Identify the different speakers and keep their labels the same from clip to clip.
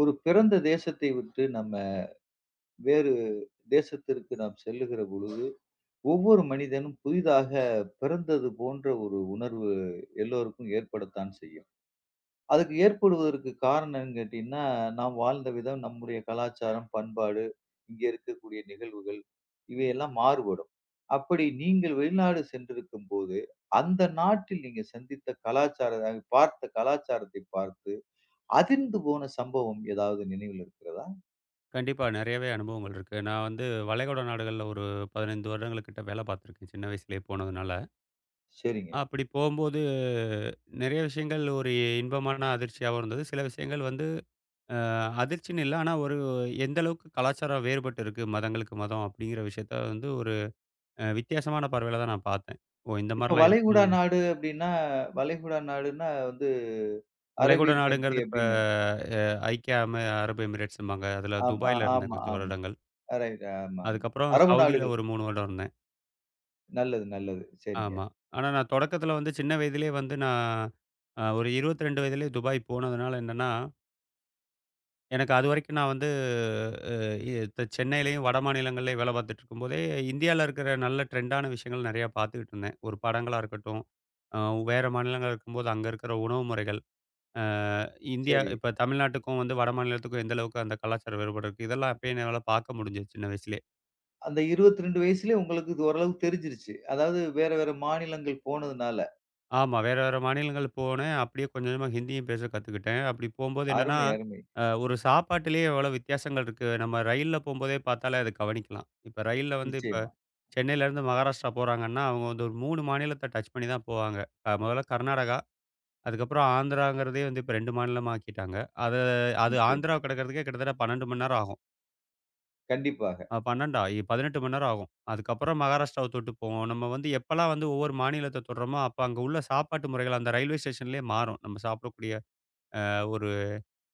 Speaker 1: ஒரு பிறந்த தேசத்தை விட்டு நம்ம வேறு தேசத்திற்கு நாம் செல்லுகிற பொழுது, ஒவ்வொரு மனிதனும் புதிதாக பிறந்தது போன்ற ஒரு உணர்வு எல்லோருக்கும் ஏற்படத்தான் செய்யும். அதுக்கு ஏற்படுவதற்கு காரணம் என்னன்னு கேட்டீங்கன்னா, நாம் வாழ்ந்த விதம், நம்முடைய கலாச்சாரம், பண்பாடு, இங்கே இருக்கக்கூடிய நிகழ்வுகள் இவையெல்லாம் மாறுபடும். அப்படி நீங்கள் வெளிநாடு சென்றிருக்கும்போது, அந்த நாட்டில் நீங்க சந்தித்த கலாச்சார பார்த்த கலாச்சாரத்தை பார்த்து அதிர்ந்து போன சம்பவம் ஏதாவது நினைவில் இருக்கிறதா?
Speaker 2: கண்டிப்பா. நெறையவே அனுபவங்கள் இருக்கு. நான் வந்து வளைகுடா நாடுகள்ல ஒரு 15 வருடங்கள் கிட்ட வேல பார்த்துருக்கேன், சின்ன வயசுலயே போனதுனால.
Speaker 1: சரிங்க.
Speaker 2: அப்படி போம்போது நெறைய விஷயங்கள் ஒரு இன்பமான அதிர்ச்சியாவும் இருந்தது. சில விஷயங்கள் வந்து அ அதிர்ச்சின்னு இல்ல. ஆனா ஒரு எந்த அளவுக்கு கலாச்சாரம் வேறுபட்டு இருக்கு மதங்களுக்கு மதம் அப்படிங்கிற விஷயத்த வந்து ஒரு வித்தியாசமான பார்வையில தான் நான் பார்த்தேன். ஓ! இந்த
Speaker 1: இப்ப
Speaker 2: மாரிலாம்
Speaker 1: வளைகுடா
Speaker 2: இருக்குமோ!
Speaker 1: நாடு அப்டின்னா, வளைகுடா நாடுன்னா வந்து
Speaker 2: வளைகுடா
Speaker 1: அரேபியன் கண்ட்ரி
Speaker 2: நாடுங்கிறது இப்ப
Speaker 1: அப்டின்னு.
Speaker 2: அ ஐக்கிய அம அரபு எமிரேட்ஸ்ம்பாங்க. அதுல
Speaker 1: ஆமா,
Speaker 2: துபாய்ல இருந்தேன்
Speaker 1: ஆமா,
Speaker 2: கொஞ்சம்
Speaker 1: ஆமா.
Speaker 2: வருடங்கள்.
Speaker 1: ரைட் ஆமா, ஆமா.
Speaker 2: அதுக்கப்புறம்
Speaker 1: அரபு
Speaker 2: சவுதியில
Speaker 1: நாடுகள்.
Speaker 2: ஒரு 3 வருடம் இருந்தேன்.
Speaker 1: நல்லது, நல்லது. சரிங்க.
Speaker 2: ஆமா. ஆனா நான் தொடக்கத்தில வந்து சின்ன வயதிலேயே வந்து நான் ஒரு 22 வயதிலேயே துபாய் போனதுனால என்னன்னா, எனக்கு அதுவரைக்கும் நான் வந்து அ இ சென்னையிலயும், வட மாநிலங்கள்லயும் வேலை பார்த்துட்டு இருக்கும்போதே, இந்தியால இருக்கிற நல்ல ட்ரெண்டான விஷயங்கள் நெறையா பார்த்துக்கிட்டு இருந்தேன். ஒரு படங்களா இருக்கட்டும், அ வேற மாநிலங்கள்ல இருக்கும்போது அங்க இருக்கிற உணவு முறைகள், அ இந்தியா
Speaker 1: சரி.
Speaker 2: இப்ப தமிழ்நாட்டுக்கும் வந்து வட மாநிலத்துக்கும் எந்த அளவுக்கு அந்த கலாச்சார வேறுபாடு இருக்கு, இதெல்லாம் அப்பயே என்னால பார்க்க முடிஞ்சது சின்ன வயசுலயே.
Speaker 1: அந்த 22 வயசுலயே உங்களுக்கு இது ஓரளவுக்கு தெரிஞ்சிருச்சு. அதாவது வேற வேற மாநிலங்கள் போனதுனால.
Speaker 2: ஆமா. வேற, வேற மாநிலங்கள் போனேன். அப்படியே கொஞ்சம் கொஞ்சமா ஹிந்தியும் பேச கத்துக்கிட்டேன். அப்படி போம்போது என்னன்னா,
Speaker 1: அருமை, அருமை.
Speaker 2: ஒரு சாப்பாட்டிலேயே எவ்வளோ வித்தியாசங்கள் இருக்கு. நம்ம ரயில்ல போம்போதே பார்த்தாலே அத கவனிக்கலாம். இப்ப ரயில்ல வந்து இப்ப
Speaker 1: நிச்சயமா,
Speaker 2: சென்னையிலேருந்து மகாராஷ்டிரா போறாங்கன்னா, அவங்க வந்து ஒரு 3 மாநிலத்த டச் பண்ணி தான் போவாங்க. முதல்ல கர்நாடகா, அதுக்கப்புறம் ஆந்திராங்கிறதே வந்து இப்ப 2 மாநிலமா ஆக்கிட்டாங்க. அது அது
Speaker 1: நிச்சயமா.
Speaker 2: ஆந்திராவ கடக்கிறதுக்கே கிட்டத்தட்ட 12 மணி நேரம் ஆகும்.
Speaker 1: கண்டிப்பாக.
Speaker 2: 12 18 மணி நேரம் ஆகும். அதுக்கப்புறம் மகாராஷ்டிராவ தொட்டு போவோம். நம்ம வந்து எப்பலாம் வந்து ஒவ்வொரு மாநிலத்த தொடுறோமோ, அப்ப அங்க உள்ள சாப்பாட்டு முறைகள் அந்த ரயில்வே ஸ்டேஷன்லயே மாறும். நம்ம சாப்பிடக்கூடிய ஒரு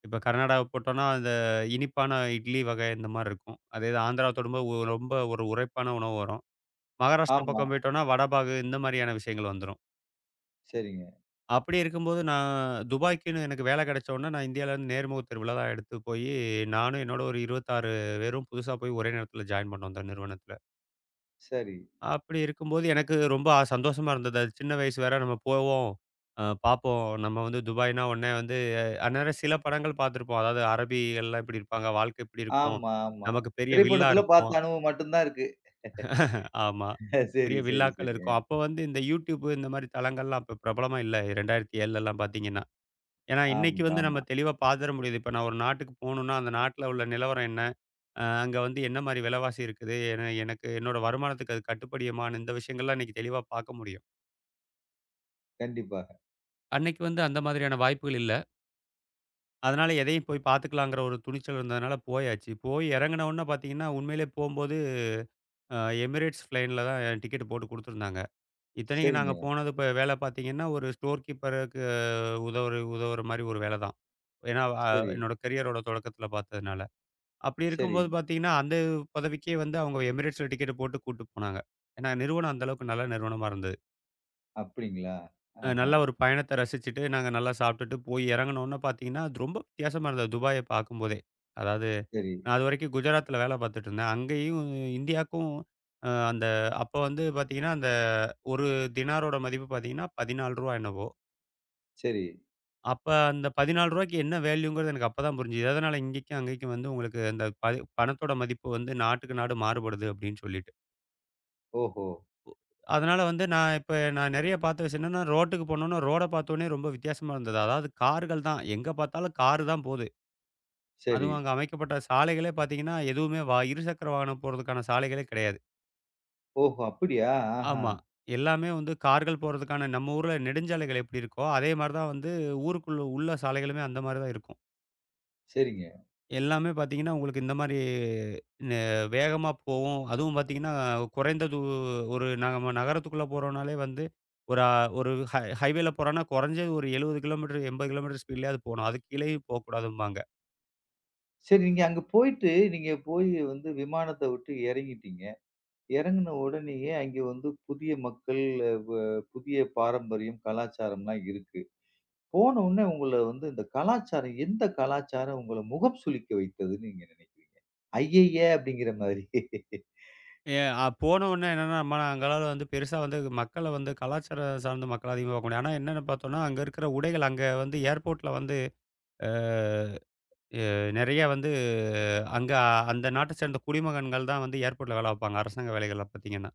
Speaker 2: இப்ப கர்நாடகாவ போட்டோம்னா, அந்த இனிப்பான இட்லி வகை இந்த மாரி இருக்கும். அதே இது ஆந்திராவ தொடும்போது ரொம்ப ஒரு உரைப்பான உணவு வரும். மகாராஷ்டிரா
Speaker 1: ஆமா.
Speaker 2: பக்கம் போயிட்டோம்னா, வடபாகு இந்த மாரியான விஷயங்கள் வந்துரும்.
Speaker 1: சரிங்க.
Speaker 2: அப்படி இருக்கும்போது நான் துபாய்க்குன்னு எனக்கு வேலை கிடைச்ச உடனே, நான் இந்தியாவிலேருந்து நேர்முகத் தேர்வுல தான் எடுத்து போயி, நானும் என்னோட ஒரு 26 பேரும் புதுசா போய் ஒரே நேரத்தில ஜாயின் பண்ணோம் அந்த நிறுவனத்தில.
Speaker 1: சரி.
Speaker 2: அப்படி இருக்கும்போது எனக்கு ரொம்ப சந்தோஷமா இருந்தது. அது சின்ன வயசு வேற நம்ம போவோம், பார்ப்போம். நம்ம வந்து துபாய்னா உடனே வந்து அந்நேரம் சில படங்கள் பார்த்துருப்போம். அதாவது அரபிகள்லாம் இப்படி இருப்பாங்க, வாழ்க்கை இப்படி இருக்கும்.
Speaker 1: ஆமா, ஆமா.
Speaker 2: நமக்கு பெரிய வில்லா
Speaker 1: திரைப்படத்துல
Speaker 2: இருக்கும்.
Speaker 1: பார்த்த அனுபவம் மட்டும் தான் இருக்கு.
Speaker 2: ஆமா. பெரிய
Speaker 1: சரி, சரி,
Speaker 2: வில்லாக்கள்
Speaker 1: சரி.
Speaker 2: இருக்கும். அப்போ வந்து இந்த YouTube இந்த மாதிரி தளங்கள்லாம் அப்போ பிரபலமா இல்ல. 2007லலாம் பார்த்தீங்கன்னா. ஏன்னா இன்னைக்கு
Speaker 1: ஆமாங்க,
Speaker 2: வந்து நம்ம
Speaker 1: ஆமா.
Speaker 2: தெளிவா பார்த்துற முடியுது. இப்போ நான் ஒரு நாட்டுக்கு போணும்னா, அந்த நாட்ல உள்ள நிலவரம் என்ன? அங்க வந்து என்ன மாதிரி விலைவாசி இருக்குது? என எனக்கு என்னோட வருமானத்துக்கு அது கட்டுப்படியுமான்னு இந்த விஷயங்கள்லாம் இன்னைக்கு தெளிவா பார்க்க முடியும்.
Speaker 1: கண்டிப்பாக.
Speaker 2: அன்னைக்கு வந்து அந்த மாதிரியான வாய்ப்புகள் இல்ல. அதனால எதையும் போய் பார்த்துக்கலாங்கிற ஒரு துணிச்சல் இருந்ததுனால போயாச்சு. போய் இறங்குன உடனே பார்த்தீங்கன்னா, உண்மையிலே போம்போது அ எமிரேட்ஸ் ஃப்ளைன்ல தான் டிக்கெட் போட்டு குடுத்துருந்தாங்க. இத்தனைக்கும் நாங்க
Speaker 1: சரிங்க.
Speaker 2: போனது இப்ப வேலை பார்த்தீங்கன்னா, ஒரு ஸ்டோர் கீப்பருக்கு உதவுற உதவுற மாரி ஒரு வேலை தான். ஏன்னா,
Speaker 1: சரி,
Speaker 2: என்னோட கரியரோட தொடக்கத்தில பார்த்ததுனால. அப்படி
Speaker 1: சரி.
Speaker 2: இருக்கும்போது பார்த்தீங்கன்னா, அந்த பதவிக்கே வந்து அவங்க எமிரேட்ஸ்ல டிக்கெட் போட்டு கூட்டு போனாங்க. ஏன்னா நிறுவனம் அந்த அளவுக்கு நல்ல நிறுவனமா இருந்தது.
Speaker 1: அப்படிங்களா? ஆஹா!
Speaker 2: நல்ல ஒரு பயணத்த ரசிச்சுட்டு, நாங்க நல்லா சாப்பிட்டுட்டு போய் இறங்குனோன்ன பார்த்தீங்கன்னா, அது ரொம்ப வித்தியாசமா இருந்தது துபாய பார்க்கும்போதே. அதாவது
Speaker 1: சரி,
Speaker 2: நான் அதுவரைக்கும் குஜராத்ல வேலை பார்த்துட்டு இருந்தேன். அங்கேயும் இந்தியாக்கும் அ அந்த அப்ப வந்து பார்த்தீங்கன்னா, அந்த 1 தினாரோட மதிப்பு பார்த்தீங்கன்னா, ரூ. 14 என்னவோ!
Speaker 1: சரி.
Speaker 2: அப்ப அந்த ரூ. 14க்கு என்ன வேல்யூங்கிறது எனக்கு அப்ப தான் புரிஞ்சுது. எதனால இங்கேக்கும், அங்கேக்கும் வந்து உங்களுக்கு அந்த பணத்தோட மதிப்பு வந்து நாட்டுக்கு நாடு மாறுபடுது அப்படின்னு சொல்லிட்டு.
Speaker 1: ஓஹோ!
Speaker 2: அதனால வந்து நான் நெறைய பார்த்த விஷயம் என்னன்னா, ரோட்டுக்கு போனோம்னா, ரோட பார்த்தோனே ரொம்ப வித்தியாசமா இருந்தது. அதாவது கார்கள் தான். எங்க பார்த்தாலும் காரு தான் போது.
Speaker 1: சரி.
Speaker 2: அதுவும் அங்க அமைக்கப்பட்ட சாலைகளே பார்த்தீங்கன்னா, எதுவுமே இருசக்கர வாகனம் போறதுக்கான சாலைகளே கிடையாது.
Speaker 1: ஓஹோ! அப்படியா? ஆஹா!
Speaker 2: ஆமா. எல்லாமே வந்து கார்கள் போறதுக்கான நம்ம ஊர்ல நெடுஞ்சாலைகள் எப்படி இருக்கோ, அதே மாரி தான் வந்து ஊருக்குள்ள உள்ள சாலைகளுமே அந்த மாரி தான் இருக்கும்.
Speaker 1: சரிங்க.
Speaker 2: எல்லாமே பார்த்தீங்கன்னா, உங்களுக்கு இந்த மாரி நெ வேகமா போவும். அதுவும் பார்த்தீங்கன்னா, குறைந்த தூ ஒரு நம்ம நகரத்துக்குள்ள போறோம்னாலே வந்து, ஒரு ஒரு ஹைவேல போறோம்னா, குறைஞ்சது ஒரு 70 கிலோமீட்டர், 80 கிலோமீட்டர் ஸ்பீட்லயாவது போணும். அதுக்கு கீழயும் போக்கூடாதும்பாங்க.
Speaker 1: சரி, நீங்க அங்க போயிட்டு, நீங்க போய் வந்து விமானத்த விட்டு இறங்கிட்டீங்க. இறங்குன உடனேயே அங்க வந்து புதிய மக்கள், வ புதிய பாரம்பரியம், கலாச்சாரம்லாம் இருக்கு. போன உடனே உங்கள வந்து இந்த கலாச்சாரம், எந்த கலாச்சாரம் உங்கள முகம் சுளிக்க வைத்ததுன்னு நீங்க நினைக்கிறீங்க? ஐயைய! அப்படிங்கிற மாதிரி.
Speaker 2: போனவுனே என்னன்னா, நம்ம அங்கலாம் வந்து பெருசா வந்து மக்கள வந்து கலாச்சாரம் சார்ந்த மக்கள் அதிகமா பார்க்க முடியாது. ஆனா என்னன்னு பார்த்தோம்னா, அங்க இருக்கிற உடைகள் அங்க வந்து ஏர்போர்ட்ல வந்து அ எ நெறைய வந்து அங்க அந்த நாட்ட சேர்ந்த குடிமகன்கள் தான் வந்து ஏர்போர்ட்ல வேல பார்ப்பாங்க. அரசாங்க வேலைகள்ல பார்த்தீங்கன்னா.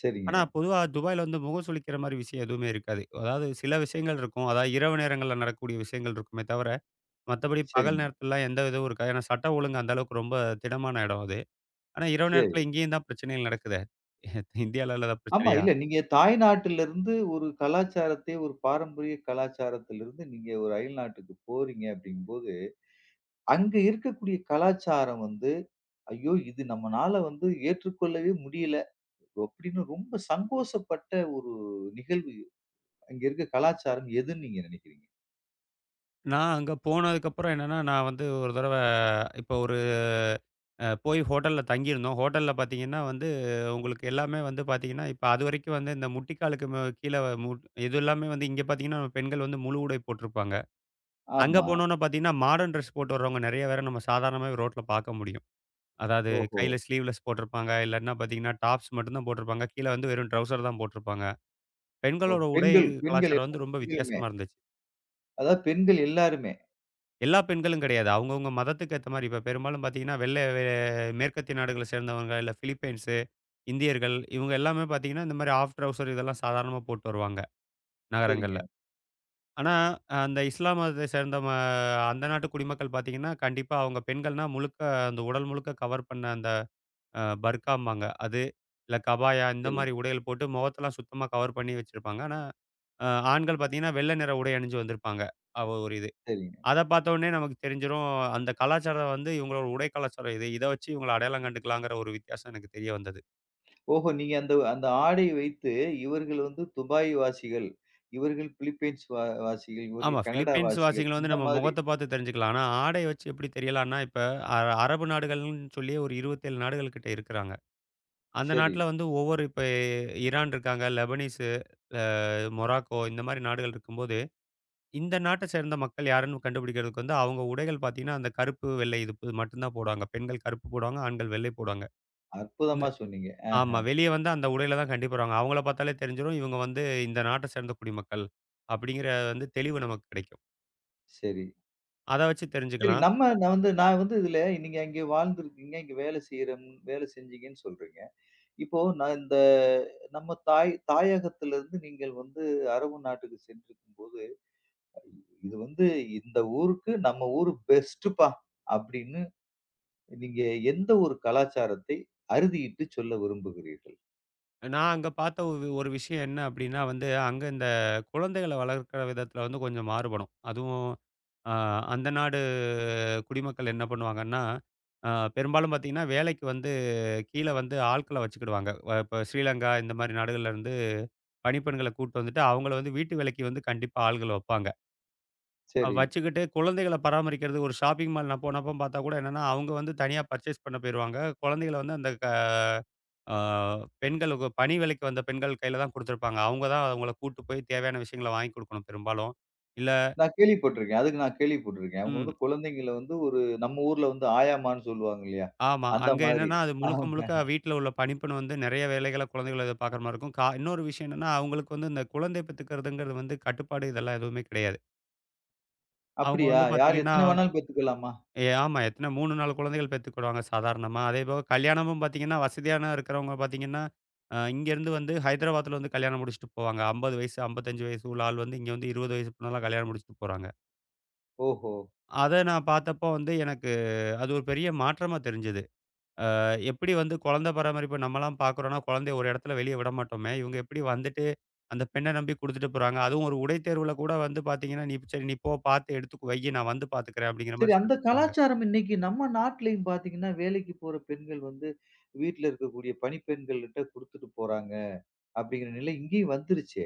Speaker 1: சரிங்க,
Speaker 2: ஆனா, பொதுவா துபாய்ல வந்து முகம் சுளிக்கிற மாரி விஷயம் எதுவுமே இருக்காது. அதாவது சில விஷயங்கள் இருக்கும். அதாவது இரவு நேரங்கள்ல நடக்கக்கூடிய விஷயங்கள் இருக்குமே தவிர, மத்தபடி பகல்
Speaker 1: சரிங்க.
Speaker 2: நேரத்துலலாம் எந்த இதுவும் இருக்காது. ஏன்னா, சட்டம் ஒழுங்கு அந்த அளவுக்கு ரொம்ப திடமான இடம் அது. ஆனா, இரவு
Speaker 1: ச
Speaker 2: நேரத்துல இங்கேயும் தான் பிரச்சனைகள் நடக்குதே! இந்தியால இல்லாத
Speaker 1: ஆமா.
Speaker 2: பிரச்சனையா?
Speaker 1: இல்ல நீங்க தாய்நாட்டிலிருந்து ஒரு கலாச்சாரத்தை, ஒரு பாரம்பரிய கலாச்சாரத்திலிருந்து நீங்க ஒரு அயல் நாட்டுக்கு போறீங்க அப்படிங்கும்போது, அங்க இருக்கக்கூடிய கலாச்சாரம் வந்து, "ஐயோ! இது நம்மனால வந்து ஏற்றுக்கொள்ளவே முடியல." அப்படின்னு ரொம்ப சங்கோசப்பட்ட ஒரு நிகழ்வு அங்க இருக்க கலாச்சாரம் எதுன்னு நீங்க நினைக்கிறீங்க?
Speaker 2: நான் அங்க போனதுக்கப்புறம் என்னன்னா, நான் வந்து ஒரு இப்ப ஒரு போய் ஹோட்டல்ல தங்கியிருந்தோம். ஹோட்டல்ல பாத்தீங்கன்னா வந்து, உங்களுக்கு எல்லாமே வந்து பாத்தீங்கன்னா, இப்ப அதுவரைக்கும் வந்து இந்த முட்டிக்காலுக்கு ம கீழ மு இது எல்லாமே வந்து இங்க பாத்தீங்கன்னா, பெண்கள் வந்து முழு உடை போட்டிருப்பாங்க. அங்க
Speaker 1: ஆமா.
Speaker 2: போனோம்னா பார்த்தீங்கன்னா, மாடர்ன் டிரெஸ் போட்டு வரவங்க நெறைய பேர நம்ம சாதாரணமாவே ரோட்ல பார்க்க முடியும். அதாவது
Speaker 1: ஓஹோ!
Speaker 2: கையில ஸ்லீவ்லெஸ் போட்டிருப்பாங்க. இல்லாட்டினா பார்த்தீங்கன்னா, டாப்ஸ் மட்டும் தான் போட்டிருப்பாங்க. கீழ வந்து வெறும் ட்ரவுசர் தான் போட்டிருப்பாங்க.
Speaker 1: ஓ
Speaker 2: பெண்களோட உடை
Speaker 1: பெண்கள் பெண்கள்
Speaker 2: கலாச்சாரம்
Speaker 1: எல்லா
Speaker 2: வந்து ரொம்ப
Speaker 1: பெண்களுமே.
Speaker 2: வித்தியாசமா இருந்துச்சு.
Speaker 1: அதாவது பெண்கள் எல்லாருமே.
Speaker 2: எல்லா பெண்களும் கிடையாது. அவங்கவங்க மதத்துக்கு ஏத்த மாரி. இப்ப பெரும்பாலும் பார்த்தீங்கன்னா, வெள்ளை வே மேற்கத்திய நாடுகள சேர்ந்தவங்க, இல்ல பிலிப்பைன்ஸு, இந்தியர்கள் இவங்க எல்லாமே பார்த்தீங்கன்னா, இந்த மாரி ஆஃப் ட்ரவுசர் இதெல்லாம் சாதாரணமா போட்டு வருவாங்க நகரங்கள்ல.
Speaker 1: சரிங்க.
Speaker 2: ஆனா, அந்த இஸ்லாம் மதத்தை சேர்ந்த அந்த நாட்டு குடிமக்கள் பார்த்தீங்கன்னா, கண்டிப்பா அவங்க பெண்கள்னா முழுக்க அந்த உடல் முழுக்க கவர் பண்ண அந்த பர்காம்பாங்க. அது இல்ல கபாயா இந்த
Speaker 1: சரி,
Speaker 2: மாரி உடைகள் போட்டு முகத்தெல்லாம் சுத்தமா கவர் பண்ணி வச்சிருப்பாங்க. ஆனா, அ ஆண்கள் பார்த்தீங்கன்னா, வெள்ளை நிற உடை அணிஞ்சு வந்திருப்பாங்க. அவ ஒரு இது.
Speaker 1: சரிங்க.
Speaker 2: அத பார்த்தோனே நமக்கு தெரிஞ்சிரும். அந்த கலாச்சாரம் வந்து இவங்களோட உடை கலாச்சாரம் இது. இத வச்சு இவங்கள அடையாளம் கண்டுக்கலாங்கிற ஒரு வித்தியாசம் எனக்கு தெரிய வந்தது.
Speaker 1: ஓஹோ! நீங்க அந்த அந்த ஆடை வைத்து இவர்கள் வந்து துபாய் வாசிகள், இவர்கள் பிலிப்பைன்ஸ் வா வாசிகள்,
Speaker 2: ஆமா.
Speaker 1: இவர்கள் கனடா
Speaker 2: பிலிப்பீன்ஸ்
Speaker 1: வாசிகள்
Speaker 2: வாசிகள வந்து
Speaker 1: இந்த
Speaker 2: நம்ம
Speaker 1: மாதிரி.
Speaker 2: முகத்த பார்த்து தெரிஞ்சுக்கலாம். ஆனா, ஆடைய வச்சு எப்படி தெரியலான்னா, இப்ப அ அரபு நாடுகள்ன்னு சொல்லி ஒரு 27 நாடுகள் கிட்ட இருக்கிறாங்க. அந்த
Speaker 1: சரி.
Speaker 2: நாட்ல வந்து ஒவ்வொரு இப்ப ஈரான் இருக்காங்க, லெபனீஸு, மொராக்கோ இந்த மாரி நாடுகள் இருக்கும்போது, இந்த நாட்ட சேர்ந்த மக்கள் யாருன்னு கண்டுபிடிக்கிறதுக்கு வந்து அவங்க உடைகள் பார்த்தீங்கன்னா, அந்த கருப்பு, வெள்ளை இது மட்டும் தான் போடுவாங்க. பெண்கள் கருப்பு போடுவாங்க, ஆண்கள் வெள்ளை போடுவாங்க. இந்த
Speaker 1: அற்புதமா சொன்னீங்க.
Speaker 2: ஆமா. வெளிய வந்து அந்த உடையில தான் கண்டிப்பா வருவாங்க. அவங்கள பார்த்தாலே தெரிஞ்சிரும். இவங்க வந்து இந்த நாட்ட சேர்ந்த குடிமக்கள். அப்படிங்கிற வந்து தெளிவு நமக்கு கிடைக்கும்.
Speaker 1: சரி.
Speaker 2: அத வச்சு
Speaker 1: சரி,
Speaker 2: தெரிஞ்சுக்கலாம்.
Speaker 1: நம்ம நான் வந்து நான் வந்து இதுல நீங்க அங்கே வாழ்ந்திருக்கீங்க, இங்க வேலை செஞ்சீங்கன்னு சொல்றீங்க. இப்போ நான் இந்த நம்ம தாயகத்திலிருந்து நீங்கள் வந்து அரபு நாட்டுக்கு சென்றிருக்கும்போது, இது வந்து இந்த ஊருக்கு நம்ம ஊரு பெஸ்ட்டுப்பா அப்படின்னு நீங்க எந்த ஒரு கலாச்சாரத்தை அறுதியிட்டு சொல்ல விரும்புகிறீர்கள்?
Speaker 2: நான் அங்க பார்த்த ஒரு விஷயம் என்ன அப்டின்னா வந்து, அங்க இந்த குழந்தைகள வளர்க்கிற விதத்தில வந்து கொஞ்சம் மாறுபடும். அதுவும் அ அந்த நாடு குடிமக்கள் என்ன பண்ணுவாங்கன்னா, அ பெரும்பாலும் பார்த்தீங்கன்னா, வேலைக்கு வந்து கீழ வந்து ஆட்கள வச்சுக்கிடுவாங்க. இப்ப ஸ்ரீலங்கா இந்த மாரி நாடுகள்ல இருந்து பணிப்பெண்கள கூட்டு வந்துட்டு, அவங்கள வந்து வீட்டு வேலைக்கு வந்து கண்டிப்பா ஆள்கள வப்பாங்க.
Speaker 1: சரி.
Speaker 2: வச்சுக்கிட்டு குழந்தைகள பராமரிக்கிறது ஒரு ஷாப்பிங் மால் நான் போனப்ப பார்த்தா கூட என்னன்னா, அவங்க வந்து தனியா பர்ச்சேஸ் பண்ண போயிருவாங்க. குழந்தைகள வந்து அந்த ஆ பெண்களுக்கு பணி வேலைக்கு வந்த பெண்கள் கையில தான் குடுத்துருப்பாங்க. அவங்க தான் அவங்கள கூட்டு போய் தேவையான விஷயங்கள வாங்கி குடுக்கணும் பெரும்பாலும். இல்ல
Speaker 1: நான் கேள்விப்பட்டிருக்கேன். அதுக்கு நான் கேள்விப்பட்டிருக்கேன். அவங்க
Speaker 2: ம்.
Speaker 1: வந்து குழந்தைங்கள வந்து ஒரு நம்ம ஊர்ல வந்து ஆயாம்மான்னு சொல்லுவாங்க இல்லையா?
Speaker 2: ஆமா.
Speaker 1: அந்த
Speaker 2: அங்க
Speaker 1: மாதிரி.
Speaker 2: என்னன்னா, அது முழுக்க முழுக்க
Speaker 1: ஆமாங்க.
Speaker 2: வீட்ல உள்ள பணிப்பெண் வந்து நெறைய வேலைகள குழந்தைகள எதிர்பார்க்குற மாரி இருக்கும். இன்னொரு விஷயம் என்னன்னா, அவங்களுக்கு வந்து இந்த குழந்தை பெத்துக்கிறதுங்கிறது வந்து கட்டுப்பாடு இதெல்லாம் எதுவுமே கிடையாது. அவங்க
Speaker 1: அப்படியா?
Speaker 2: வந்து
Speaker 1: யார்
Speaker 2: பார்த்தீங்கன்னா
Speaker 1: எத்தன வேணாலும் பெத்துக்கலாமா?
Speaker 2: ஆமா. எத்தன 3, 4 குழந்தைகள் பெத்துக்கிடுவாங்க சாதாரணமா. அதேபோக கல்யாணமும் பாத்தீங்கன்னா, வசதியான இருக்கிறவங்க பாத்தீங்கன்னா, இங்கேருந்து வந்து ஹைதராபாத்ல வந்து கல்யாணம் முடிச்சுட்டு போவாங்க. 50 வயசு, 55 வயசு உள்ள ஆள் வந்து இங்க வந்து 20 வயசு பொண்ணெல்லாம் கல்யாணம் முடிச்சுட்டு போறாங்க.
Speaker 1: ஓஹோ!
Speaker 2: அத நான் பாத்தப்போ வந்து எனக்கு அது ஒரு பெரிய மாற்றமா தெரிஞ்சது. எப்படி வந்து குழந்தை பராமரிப்பு நம்மலாம் பாக்குறோம்னா, குழந்தைய ஒரு இடத்துல வெளிய விட மாட்டோமே. இவங்க எப்படி வந்துட்டு அந்த பெண்ண நம்பி குடுத்துட்டு போறாங்க. அதுவும் ஒரு உடை தேர்வுல கூட வந்து பாத்தீங்கன்னா, "நீ சரி நீ போ பாத்து எடுத்து வையி நான் வந்து பாத்துக்கிறேன்." அப்படிங்கிற
Speaker 1: சரி,
Speaker 2: மாரி
Speaker 1: அந்த
Speaker 2: சொல்லிட்டு போவாங்க.
Speaker 1: கலாச்சாரம் இன்னைக்கு நம்ம நாட்டிலயும் பார்த்தீங்கன்னா, வேலைக்கு போற பெண்கள் வந்து வீட்ல இருக்கக்கூடிய பணிப்பெண்கள்கிட்ட குடுத்துட்டு போறாங்க. அப்படிங்கிற நிலை இங்கேயும் வந்துருச்சே.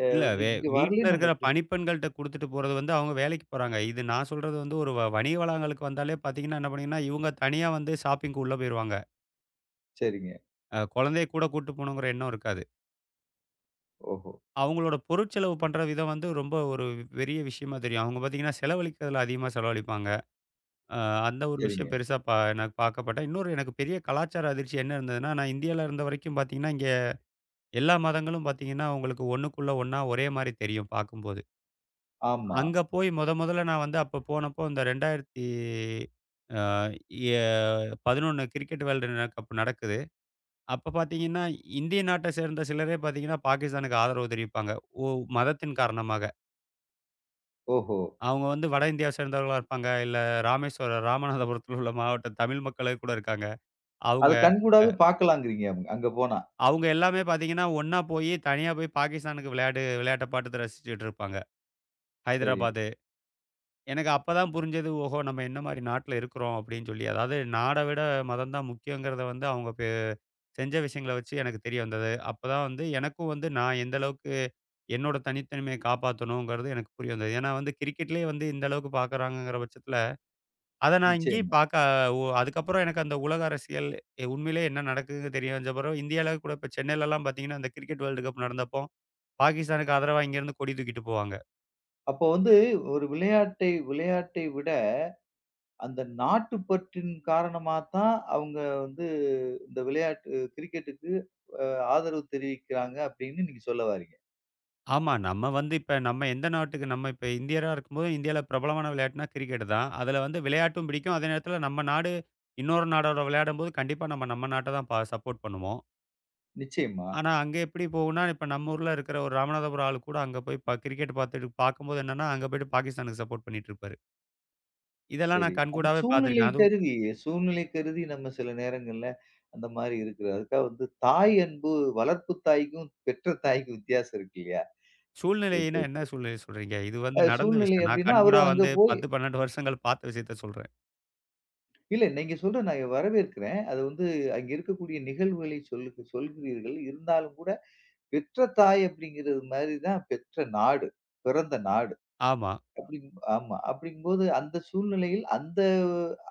Speaker 2: இல்ல
Speaker 1: வந்து இங்க
Speaker 2: வீட்ல
Speaker 1: வரலன்னு நம்ம
Speaker 2: இருக்கிற
Speaker 1: எப்படி
Speaker 2: பணிப்பெண்கள்ட்ட குடுத்துட்டு போறது வந்து அவங்க வேலைக்கு போறாங்க. இது நான் சொல்றது வந்து ஒரு வணிக வளாகங்களுக்கு வந்தாலே பார்த்தீங்கன்னா, என்ன பண்ணீங்கன்னா, இவங்க தனியா வந்து ஷாப்பிங்க்கு உள்ள போயிருவாங்க.
Speaker 1: சரிங்க.
Speaker 2: குழந்தைய கூட்டு போணுங்கிற எண்ணம் இருக்காது.
Speaker 1: ஓஹோ!
Speaker 2: அவங்களோட பொருட்செலவு பண்ற விதம் வந்து ரொம்ப ஒரு பெரிய விஷயமா தெரியும். அவங்க பார்த்தீங்கன்னா, செலவழிக்கிறதுல அதிகமா செலவழிப்பாங்க. அ அந்த ஒரு
Speaker 1: சரிங்க.
Speaker 2: விஷயம் பெருசா எனக்கு பார்க்கப்பட்டேன். இன்னொரு எனக்கு பெரிய கலாச்சார அதிர்ச்சி என்ன இருந்ததுன்னா, நான் இந்தியால இருந்த வரைக்கும் பார்த்தீங்கன்னா, இங்க எல்லா மதங்களும் பார்த்தீங்கன்னா, உங்களுக்கு ஒண்ணுக்குள்ள ஒண்ணா ஒரே மாரி தெரியும் பார்க்கும்போது.
Speaker 1: ஆமா.
Speaker 2: அங்க போய் மொதல்ல நான் வந்து அப்ப போனப்போ, இந்த 2000 ஆ எ 11 கிரிக்கெட் வேர்ல்டு கப் நடக்குது. அப்ப பார்த்தீங்கன்னா, இந்திய நாட்ட சேர்ந்த சிலரே பார்த்தீங்கன்னா, பாகிஸ்தானுக்கு ஆதரவு தெரிவிப்பாங்க. ஓ மதத்தின் காரணமாக.
Speaker 1: ஓஹோ!
Speaker 2: அவங்க வந்து வட இந்தியாவை சேர்ந்தவர்களா இருப்பாங்க. இல்ல ராமேஸ்வரம் ராமநாதபுரத்தில உள்ள மாவட்ட தமிழ் மக்களே கூட இருக்காங்க. அவங்க
Speaker 1: அது கண்கூடாவே பார்க்கலாங்கிறீங்க அங்க அங்க போனா.
Speaker 2: அவங்க எல்லாமே பார்த்தீங்கன்னா, ஒண்ணா போயி தனியா போய் பாகிஸ்தானுக்கு விளையாட்ட பாத்துட்டு ரசிச்சுட்டு இருப்பாங்க.
Speaker 1: சரி,
Speaker 2: ஹைதராபாத் எனக்கு அப்பதான் புரிஞ்சது. ஓஹோ! நம்ம என்ன மாரி நாட்ல இருக்கிறோம் அப்படின்னு சொல்லி. அதாவது நாட விட மதம் தான் முக்கியங்கிறத வந்து அவங்க செஞ்ச விஷயங்கள வச்சு எனக்கு தெரிய வந்தது. அப்பதான் வந்து எனக்கும் வந்து நான் எந்த அளவுக்கு என்னோட தனித்தன்மையை காப்பாத்தணுங்கிறது எனக்கு புரிய வந்தது. ஏன்னா வந்து கிரிக்கெட்லயே வந்து இந்த அளவுக்கு பார்க்குறாங்கங்கிற பட்சத்தில, அத நான் இங்கேயும்
Speaker 1: நிச்சயமா.
Speaker 2: பார்க்க அதுக்கப்புறம் எனக்கு அந்த உலக அரசியல் உண்மையிலேயே என்ன நடக்குதுன்னு தெரிய வந்த பிறகு இந்தியால கூட இப்ப சென்னையிலலாம் பார்த்தீங்கன்னா, அந்த கிரிக்கெட் வேர்ல்டு கப் நடந்தப்போ, பாகிஸ்தானுக்கு ஆதரவா இங்கேருந்து கொடி தூக்கிட்டு போவாங்க.
Speaker 1: அப்போ வந்து ஒரு விளையாட்டை விளையாட்டை விட அந்த நாட்டுப்பற்றின் காரணமா தான் அவங்க வந்து இந்த விளையாட்டு கிரிக்கெட்டுக்கு அ ஆதரவு தெரிவிக்கிறாங்க அப்படின்னு நீங்க சொல்ல வாரீங்க.
Speaker 2: ஆமா. நம்ம வந்து இப்ப நம்ம எந்த நாட்டுக்கு நம்ம இப்ப இந்தியரா இருக்கும்போது, இந்தியால பிரபலமான விளையாட்டுனா கிரிக்கெட்டு தான். அதுல வந்து விளையாட்டும் பிடிக்கும். அதே நேரத்துல நம்ம நாடு இன்னொரு நாடோட விளையாடும்போது, கண்டிப்பா நம்ம நம்ம நாட்ட தான் சப்போர்ட் பண்ணுவோம்.
Speaker 1: நிச்சயமா.
Speaker 2: ஆனா, அங்க எப்படி போகும்னா, இப்ப நம்ம ஊர்ல இருக்கிற ஒரு ராமநாதபுரம் ஆளு கூட அங்க போய் கிரிக்கெட் பார்த்துட்டு பார்க்கும்போது என்னன்னா, அங்க போயிட்டு பாகிஸ்தானுக்கு சப்போர்ட் பண்ணிட்டு இருப்பாரு. இதெல்லாம்
Speaker 1: சரி.
Speaker 2: நான்
Speaker 1: அது
Speaker 2: கண்கூடாவே
Speaker 1: சூழ்நிலை
Speaker 2: பார்த்துருக்கேன். அதுவும்
Speaker 1: கருதி சூழ்நிலை கருதி நம்ம சில நேரங்கள்ல அந்த மாரி இருக்கிறது. அதுக்காக வந்து தாய் அன்பு வளர்ப்பு தாய்க்கும், பெற்ற தாய்க்கும் வித்தியாசம் இருக்கு இல்லையா?
Speaker 2: சூழ்நிலைன்னா என்ன சூழ்நிலை சொல்றீங்க? இது வந்து நடந்த
Speaker 1: சூழ்நிலை
Speaker 2: விஷயம். நான்
Speaker 1: அப்படின்னா அவரு
Speaker 2: கண்கூடா
Speaker 1: அங்க
Speaker 2: வந்து 10, 12 வருஷங்கள் பார்த்த விஷயத்த சொல்றேன்.
Speaker 1: இல்ல, நீங்க சொல்ற நான் வரவேற்கிறேன். அது வந்து அங்க இருக்கக்கூடிய நிகழ்வுகளை சொல்கிறீர்கள். இருந்தாலும் கூட பெற்ற தாய் அப்படிங்கிறது மாரி தான் பெற்ற நாடு. பிறந்த நாடு.
Speaker 2: ஆமா.
Speaker 1: அப்படி ஆமா. அப்படிங்கும்போது அந்த சூழ்நிலையில் அந்த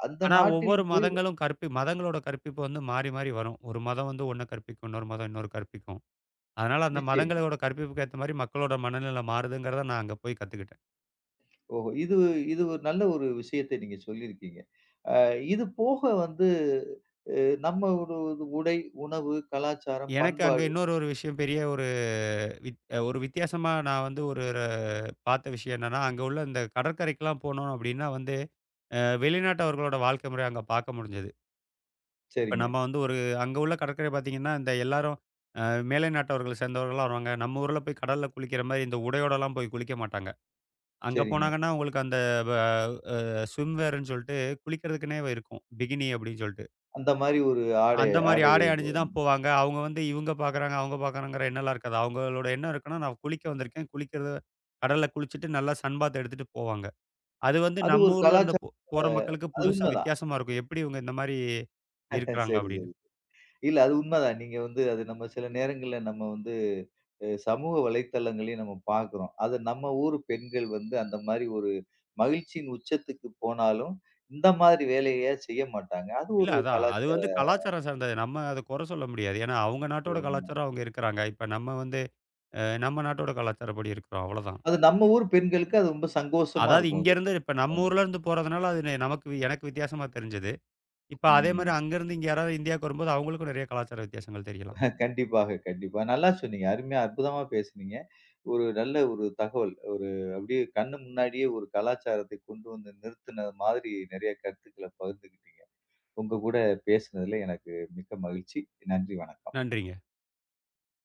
Speaker 1: அந்த
Speaker 2: ஆனா,
Speaker 1: நாட்டில்
Speaker 2: ஒவ்வொரு
Speaker 1: போய்
Speaker 2: மதங்களும் மதங்களோட கற்பிப்பு வந்து மாறி, மாறி வரும். ஒரு மதம் வந்து ஒண்ண கற்பிக்கும். இன்னொரு மதம் இன்னொரு கற்பிக்கும். அதனால அந்த
Speaker 1: நிச்சயமா.
Speaker 2: மதங்களோட கற்பிப்புக்கு ஏத்த மாரி மக்களோட மனநிலை மாறுதுங்கிறத நான் அங்க போய் கத்துக்கிட்டேன்.
Speaker 1: ஓஹோ! இது இது ஒரு நல்ல ஒரு விஷயத்தை நீங்க சொல்லியிருக்கீங்க. அ இது போக வந்து நம்ம ஒரு ஒரு உடை, உணவு, கலாச்சாரம்,
Speaker 2: எனக்கு அங்க
Speaker 1: பண்பாடு
Speaker 2: இன்னொரு ஒரு விஷயம் பெரிய ஒரு வித் ஒரு வித்தியாசமா நான் வந்து ஒரு பார்த்த விஷயம் என்னன்னா, அங்க உள்ள இந்த கடற்கரைக்கெல்லாம் போனோம் அப்படின்னா வந்து, வெளிநாட்டவர்களோட வாழ்க்கை முறை அங்க பார்க்க முடிஞ்சது. இப்ப
Speaker 1: சரிங்க,
Speaker 2: நம்ம வந்து ஒரு அங்க உள்ள கடற்கரை பார்த்தீங்கன்னா, இந்த எல்லாரும் அ மேலை நாட்டவர்கள சேர்ந்தவர்கள்லாம் வருவாங்க. நம்ம ஊர்ல போய் கடல்ல குளிக்கிற மாரி இந்த உடையோடலாம் போய் குளிக்க மாட்டாங்க. அங்க
Speaker 1: சரிங்க.
Speaker 2: போனாங்கன்னா, உங்களுக்கு அந்த வ அ ஸ்விம் வேர்ன்னு சொல்லிட்டு குளிக்கிறதுக்குன்னே இருக்கும். பிகினி அப்படின்னு சொல்லிட்டு.
Speaker 1: அந்த மாரி ஒரு ஆடை
Speaker 2: அந்த மாரி
Speaker 1: ஆடை
Speaker 2: ஆடை அணிஞ்சு தான் போவாங்க. அவங்க வந்து இவங்க பார்க்குறாங்க, அவங்க பார்க்குறாங்கங்கிற எண்ணம்லாம் இருக்காது. அவங்களோட எண்ணம் இருக்குன்னா, நான் குளிக்க வந்திருக்கேன். குளிக்கிறது கடல்ல குளிச்சுட்டு நல்லா சன் பாத் எடுத்துட்டு போவாங்க. அது வந்து
Speaker 1: அது
Speaker 2: நம்ம
Speaker 1: ஒரு
Speaker 2: ஊர்ல இருந்த
Speaker 1: கலாச்சார
Speaker 2: போற மக்களுக்கு
Speaker 1: அது
Speaker 2: புதுசா
Speaker 1: உண்மதான்.
Speaker 2: வித்தியாசமா இருக்கும். எப்படி இவங்க இந்த மாரி இருக்கிறாங்க
Speaker 1: சரி,
Speaker 2: அப்படின்னு.
Speaker 1: சரி. இல்ல அது உண்மதான். நீங்க வந்து அது நம்ம சில நேரங்கள்ல நம்ம வந்து சமூக வலைத்தளங்களையும் நம்ம பார்க்குறோம். அது நம்ம ஊர் பெண்கள் வந்து அந்த மாரி ஒரு மகிழ்ச்சியின் உச்சத்துக்கு போனாலும், இந்த மாதிரி வேலைய செய்ய மாட்டாங்க. அது
Speaker 2: இல்ல
Speaker 1: ஒரு
Speaker 2: அதான். அது வந்து
Speaker 1: கலாச்சாரம்.
Speaker 2: கலாச்சாரம் சார்ந்தது. நம்ம அத குறை சொல்ல முடியாது. ஏன்னா, அவங்க நாட்டோட கலாச்சாரம் அவங்க இருக்கிறாங்க. இப்ப நம்ம வந்து நம்ம நாட்டோட கலாச்சாரப்படி இருக்கிறோம். அவ்வளோதான்.
Speaker 1: அது நம்ம ஊர் பெண்களுக்கு அது ரொம்ப சங்கோஷமா
Speaker 2: அதாவது
Speaker 1: இருக்கும் அது.
Speaker 2: இங்கேருந்து இப்ப நம்ம ஊர்ல இருந்து போறதுனால அது நமக்கு எனக்கு வித்தியாசமா தெரிஞ்சது. இப்ப அதே மாரி
Speaker 1: ம்.
Speaker 2: அங்கேருந்து இங்க யாராவது இந்தியாவுக்கு வரும்போது அவங்களுக்கும் நெறைய கலாச்சார வித்தியாசங்கள் தெரியலாம்.
Speaker 1: கண்டிப்பாக, கண்டிப்பா. நல்லா சொன்னீங்க. அருமையா, அற்புதமா பேசுனீங்க. ஒரு நல்ல ஒரு தகவல். ஒரு அப்படியே கண்ணு முன்னாடியே ஒரு கலாச்சாரத்தை கொண்டு வந்து நிறுத்தின மாதிரி நெறைய கருத்துக்கள பகிர்ந்துக்கிட்டீங்க. உங்க கூட பேசுனதுல எனக்கு மிக்க மகிழ்ச்சி. நன்றி, வணக்கம்.
Speaker 2: நன்றிங்க.